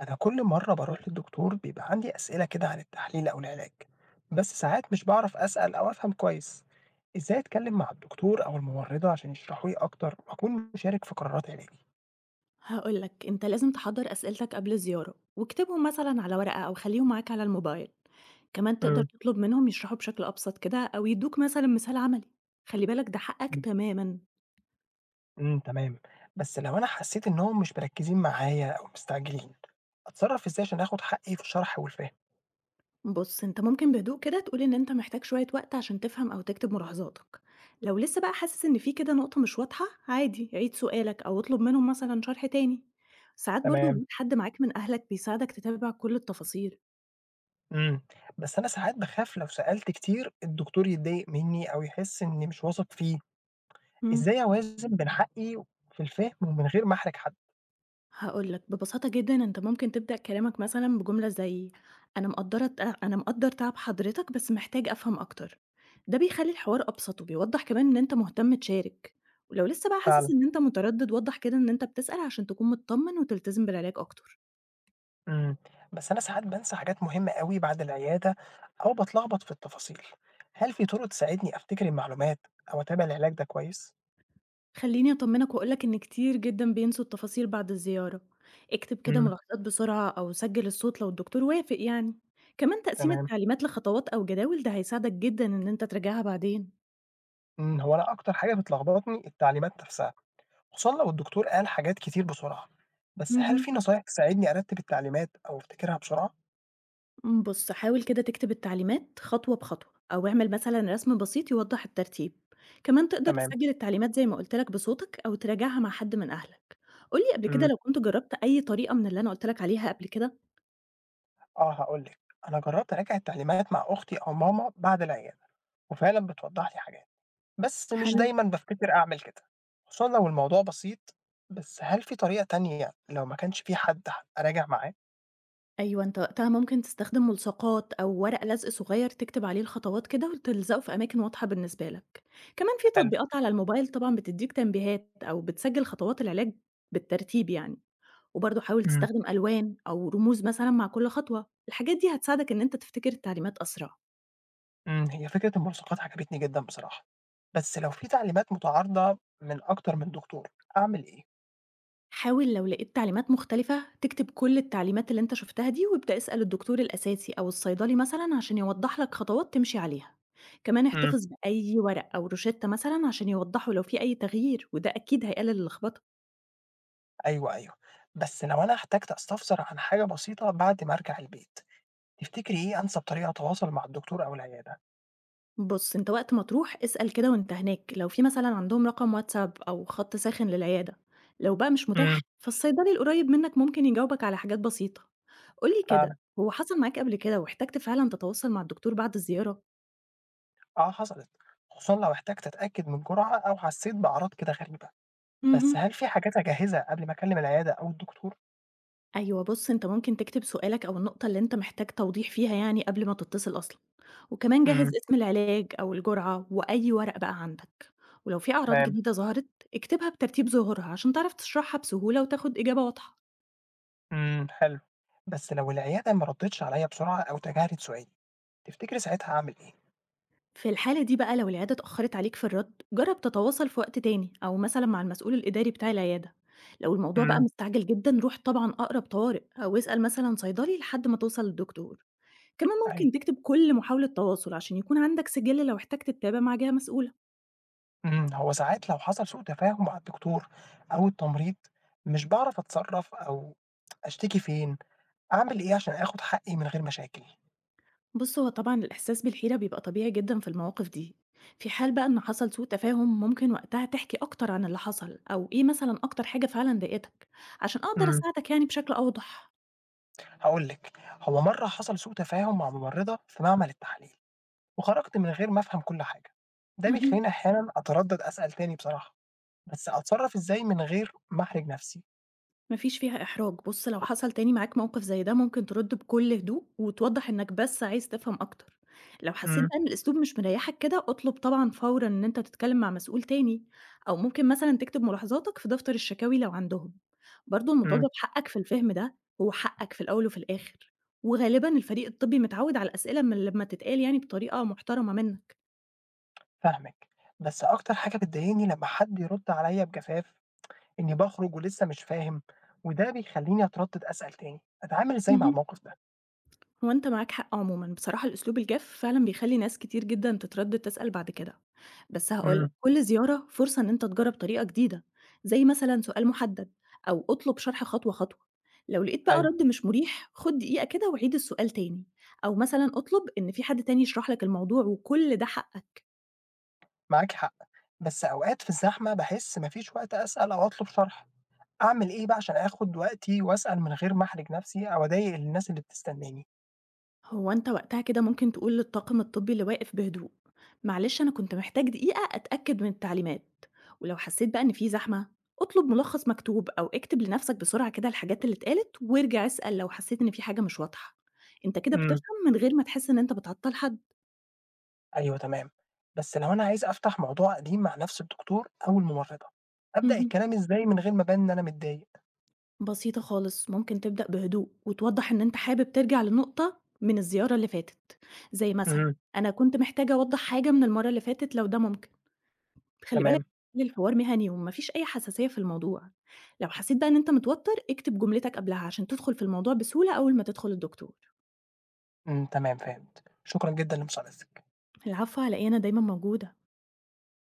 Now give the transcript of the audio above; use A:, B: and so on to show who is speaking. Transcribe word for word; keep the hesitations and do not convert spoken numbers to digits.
A: أنا كل مرة بروح للدكتور بيبقى عندي أسئلة كده عن التحليل أو العلاج، بس ساعات مش بعرف أسأل أو أفهم كويس. إزاي أتكلم مع الدكتور أو الممرضة عشان يشرحوا لي أكتر وأكون مشارك في قرارات علاجي؟
B: هاقول لك أنت لازم تحضّر أسئلتك قبل الزيارة، واكتبهم مثلًا على ورقة أو خلّيهم معاك على الموبايل، كمان تقدر
A: مم.
B: تطلب منهم يشرحوا بشكل أبسط كده أو يدّوك مثلًا مثال عملي، خلّي بالك ده حقك تمامًا.
A: امم تمام. بس لو أنا حسيت إنهم مش مركزين معايا أو مستعجلين، أتصرف إزاي عشان آخد حقي في الشرح والفهم؟
B: بُص، أنت ممكن بهدوء كده تقول إن أنت محتاج شوية وقت عشان تفهم أو تكتب ملاحظاتك، لو لسه بقى حاسس إن في كده نقطة مش واضحة، عادي عيد سؤالك أو اطلب منهم مثلًا شرح تاني، ساعات برضه
A: تمام.
B: وجود حد معاك من أهلك بيساعدك تتابع كل التفاصيل.
A: امم بس أنا ساعات بخاف لو سألت كتير الدكتور يتضايق مني أو يحس إني مش واثق فيه.
B: إمم.
A: إزاي أوازن بين حقي في الفهم ومن غير ما أحرج حد؟
B: هاقول لك، ببساطة جدًا أنت ممكن تبدأ كلامك مثلًا بجملة زي أنا مقدّرة ت أنا مقدّر تعب حضرتك بس محتاج أفهم أكتر. ده بيخلّي الحوار أبسط وبيوضّح كمان إن أنت مهتم تشارك، ولو لسه بقى حاسس
A: فعلًا.
B: إن أنت متردد وضّح كده إن أنت بتسأل عشان تكون متطمن وتلتزم بالعلاج أكتر.
A: إمم، بس أنا ساعات بانسى حاجات مهمة أوي بعد العيادة أو باتلخبط في التفاصيل، هل في طرق تساعدني أفتكر المعلومات أو أتابع العلاج ده كويس؟
B: خلّيني أطمنك وأقول لك إن كتير جدًا بينسوا التفاصيل بعد الزيارة، اكتب كده
A: إمم.
B: ملاحظات بسرعة أو سجّل الصوت لو الدكتور وافق يعني. كمان تقسيم
A: تمام.
B: التعليمات لخطوات أو جداول ده هيساعدك جدًا إن أنت تراجعها بعدين.
A: إمم، هو أنا أكتر حاجة بتلخبطني التعليمات نفسها، خصوصًا لو الدكتور قال حاجات كتير بسرعة، بس هل في
B: اهم.
A: نصايح تساعدني أرتب التعليمات أو أفتكرها بسرعة؟
B: امم، بُص حاول كده تكتب التعليمات خطوة بخطوة، أو اعمل مثلًا رسم بسيط يوضح الترتيب، كمان تقدر
A: تمام.
B: تسجل التعليمات زي ما قُلت لك بصوتك أو تراجعها مع حد من أهلك. قُل لي قبل كده
A: إمم،
B: لو كنت جربت أي طريقة من اللي أنا قُلت لك عليها قبل كده؟
A: آه، هاقول لِك، أنا جربت أراجع التعليمات مع أختي أو ماما بعد العيادة، وفعلًا بتوضح لي حاجات. بس مش
B: حلو،
A: دايمًا بافتكر أعمل كده، خصوصًا لو الموضوع بسيط، بس هل في طريقة تانية لو ما كانش في حد ح أراجع معاه؟
B: أيوه أنت وقتها ممكن تستخدم ملصقات أو ورق لزق صغير تكتب عليه الخطوات كده وتلزقه في أماكن واضحة بالنسبة لك. كمان في
A: حلو.
B: تطبيقات على الموبايل طبعًا بتديك تنبيهات أو بتسجل خطوات العلاج بالترتيب يعني. وبرضه حاول
A: إمم.
B: تستخدم ألوان أو رموز مثلًا مع كل خطوة، الحاجات دي هتساعدك إن أنت تفتكر التعليمات أسرع.
A: إمم، هي فكرة الملصقات عجبتني جدًا بصراحة، بس لو في تعليمات متعارضة من أكتر من دكتور أعمل إيه؟
B: حاول لو لقيت تعليمات مختلفة تكتب كل التعليمات اللي أنت شفتها دي وابدأ اسأل الدكتور الأساسي أو الصيدلي مثلًا عشان يوضح لك خطوات تمشي عليها. كمان
A: إمم.
B: احتفظ بأي ورق أو روشتة مثلًا عشان يوضحوا لو في أي تغيير وده أكيد هيقلل اللخبطة.
A: أيوه، أيوه، بس لو أنا احتجت أستفسر عن حاجة بسيطة بعد ما أرجع البيت، تفتكري إيه أنسب طريقة أتواصل مع الدكتور أو العيادة؟
B: بُص، أنت وقت ما تروح اسأل كده وأنت هناك لو في مثلًا عندهم رقم واتساب أو خط ساخن للعيادة، لو بقى مش متاح
A: إمم.
B: فالصيدلي القريب منك ممكن يجاوبك على حاجات بسيطة. قُل لي كده،
A: فعلًا.
B: هو حصل معاك قبل كده واحتجت فعلًا تتواصل مع الدكتور بعد الزيارة؟
A: آه، حصلت، خصوصًا لو احتجت أتأكد من جرعة أو حسيت بأعراض كده غريبة. بس
B: اهم.
A: هل في حاجات أجهّزها قبل ما أكلّم العيادة أو الدكتور؟
B: أيوه بُص، أنت ممكن تكتب سؤالك أو النقطة اللي أنت محتاج توضيح فيها يعني قبل ما تتصل أصلًا، وكمان
A: إمم.
B: جهّز اسم العلاج أو الجرعة وأي ورق بقى عندك، ولو في أعراض
A: تمام.
B: جديدة ظهرت، اكتبها بترتيب ظهورها عشان تعرف تشرحها بسهولة وتاخد إجابة واضحة.
A: إمم. حلو. بس لو العيادة ما ردّتش عليَّ بسرعة أو تجاهلت سؤالي، تفتكري ساعتها أعمل إيه؟
B: في الحالة دي بقى لو العيادة اتأخرت عليك في الرد جرب تتواصل في وقت تاني أو مثلا مع المسؤول الإداري بتاع العيادة. لو الموضوع بقى
A: إمم.
B: مستعجل جدا روح طبعا أقرب طوارئ أو اسأل مثلا صيدلي لحد ما توصل للدكتور. كمان
A: أيوه.
B: ممكن تكتب كل محاولة تواصل عشان يكون عندك سجل لو احتجت تتابع مع جهة مسؤولة.
A: إمم، هو ساعات لو حصل سوء تفاهم مع الدكتور أو التمريض، مش باعرف أتصرّف أو أشتكي فين، أعمل إيه عشان آخُد حقّي من غير مشاكل؟
B: بص هو طبعا الإحساس بالحيرة بيبقى طبيعي جدا في المواقف دي. في حال بقى إن حصل سوء تفاهم ممكن وقتها تحكي أكتر عن اللي حصل أو إيه مثلا أكتر حاجة فعلا ضايقتك عشان أقدر
A: إمم.
B: أساعدك يعني بشكل أوضح.
A: هاقول لِك، هو مرّة حصل سوء تفاهم مع ممرّضة في معمل التحاليل وخرجت من غير ما أفهم كل حاجة، ده بيخلّيني
B: مهم.
A: أحيانًا أتردّد أسأل تاني بصراحة. بس أتصرّف إزاي من غير ما أحرج نفسي؟
B: ما فيش فيها إحراج، بُص لو حصل تاني معاك موقف زي ده ممكن ترد بكل هدوء، وتوضح إنك بس عايز تفهم أكتر، لو حسيت
A: إمم،
B: بقى إن الأسلوب مش مريحك كده اطلب طبعًا فورًا إن أنت تتكلم مع مسؤول تاني، أو ممكن مثلًا تكتب ملاحظاتك في دفتر الشكاوي لو عندهم، برضه
A: إمم.
B: المطالبة بحقك في الفهم ده هو حقك في الأول وفي الآخر، وغالبًا الفريق الطبي متعود على الأسئلة من لما تتقال يعني بطريقة محترمة منك.
A: فاهمِك، بس أكتر حاجة بتضايقني لمّا حد يرُد عليَّ بجفاف إني باخرج ولسه مش فاهم، وده بيخلّيني أتردد أسأل تاني، أتعامل إزاي مع
B: مهم.
A: الموقف ده؟
B: هو أنت معاك حق عمومًا، بصراحة الأسلوب الجاف فعلًا بيخلّي ناس كتير جدًا تتردد تسأل بعد كده، بس هاقول لك
A: إمم.
B: كل زيارة فرصة إن أنت تجرّب طريقة جديدة، زي مثلًا سؤال محدد أو اطلب شرح خطوة خطوة، لو لقيت بقى
A: أيوه،
B: رد مش مريح خُد دقيقة كده وعيد السؤال تاني، أو مثلًا اطلب إن في حد تاني يشرح لك الموضوع وكل ده حقك.
A: معاكِ حق، بس أوقات في الزحمة باحس ما فيش وقت أسأل أو أطلب شرح، أعمل إيه بقى عشان آخد وقتي وأسأل من غير ما أحرج نفسي أو أضايق الناس اللي بتستناني؟
B: هو أنت وقتها كده ممكن تقول للطاقم الطبي اللي واقف بهدوء: معلش أنا كنت محتاج دقيقة أتأكد من التعليمات. ولو حسيت بقى إن في زحمة اطلب ملخص مكتوب أو اكتب لنفسك بسرعة كده الحاجات اللي اتقالت وارجع اسأل لو حسيت إن في حاجة مش واضحة. أنت كده
A: إمم.
B: بتفهم من غير ما تحس إن أنت بتعطل حد.
A: أيوه تمام. بس لو أنا عايز أفتح موضوع قديم مع نفس الدكتور أو الممرضة، أبدأ
B: مهم.
A: الكلام إزاي من غير ما أبان إن أنا متضايق؟
B: بسيطة خالص ممكن تبدأ بهدوء وتوضح إن أنت حابب ترجع لنقطة من الزيارة اللي فاتت، زي مثلا:
A: امم
B: أنا كنت محتاجة أوضح حاجة من المرة اللي فاتت لو ده ممكن. خلّي بالك،
A: تمام.
B: خلّي الحوار مهني وما فيش أي حساسية في الموضوع. لو حسّيت بقى إن أنت متوتر، اكتب جملتك قبلها عشان تدخل في الموضوع بسهولة أول ما تدخل الدكتور.
A: إمم، تمام فهمت، شكرًا جدًا لمساعدتك.
B: العفو، على إيه، أنا دايمًا موجودة.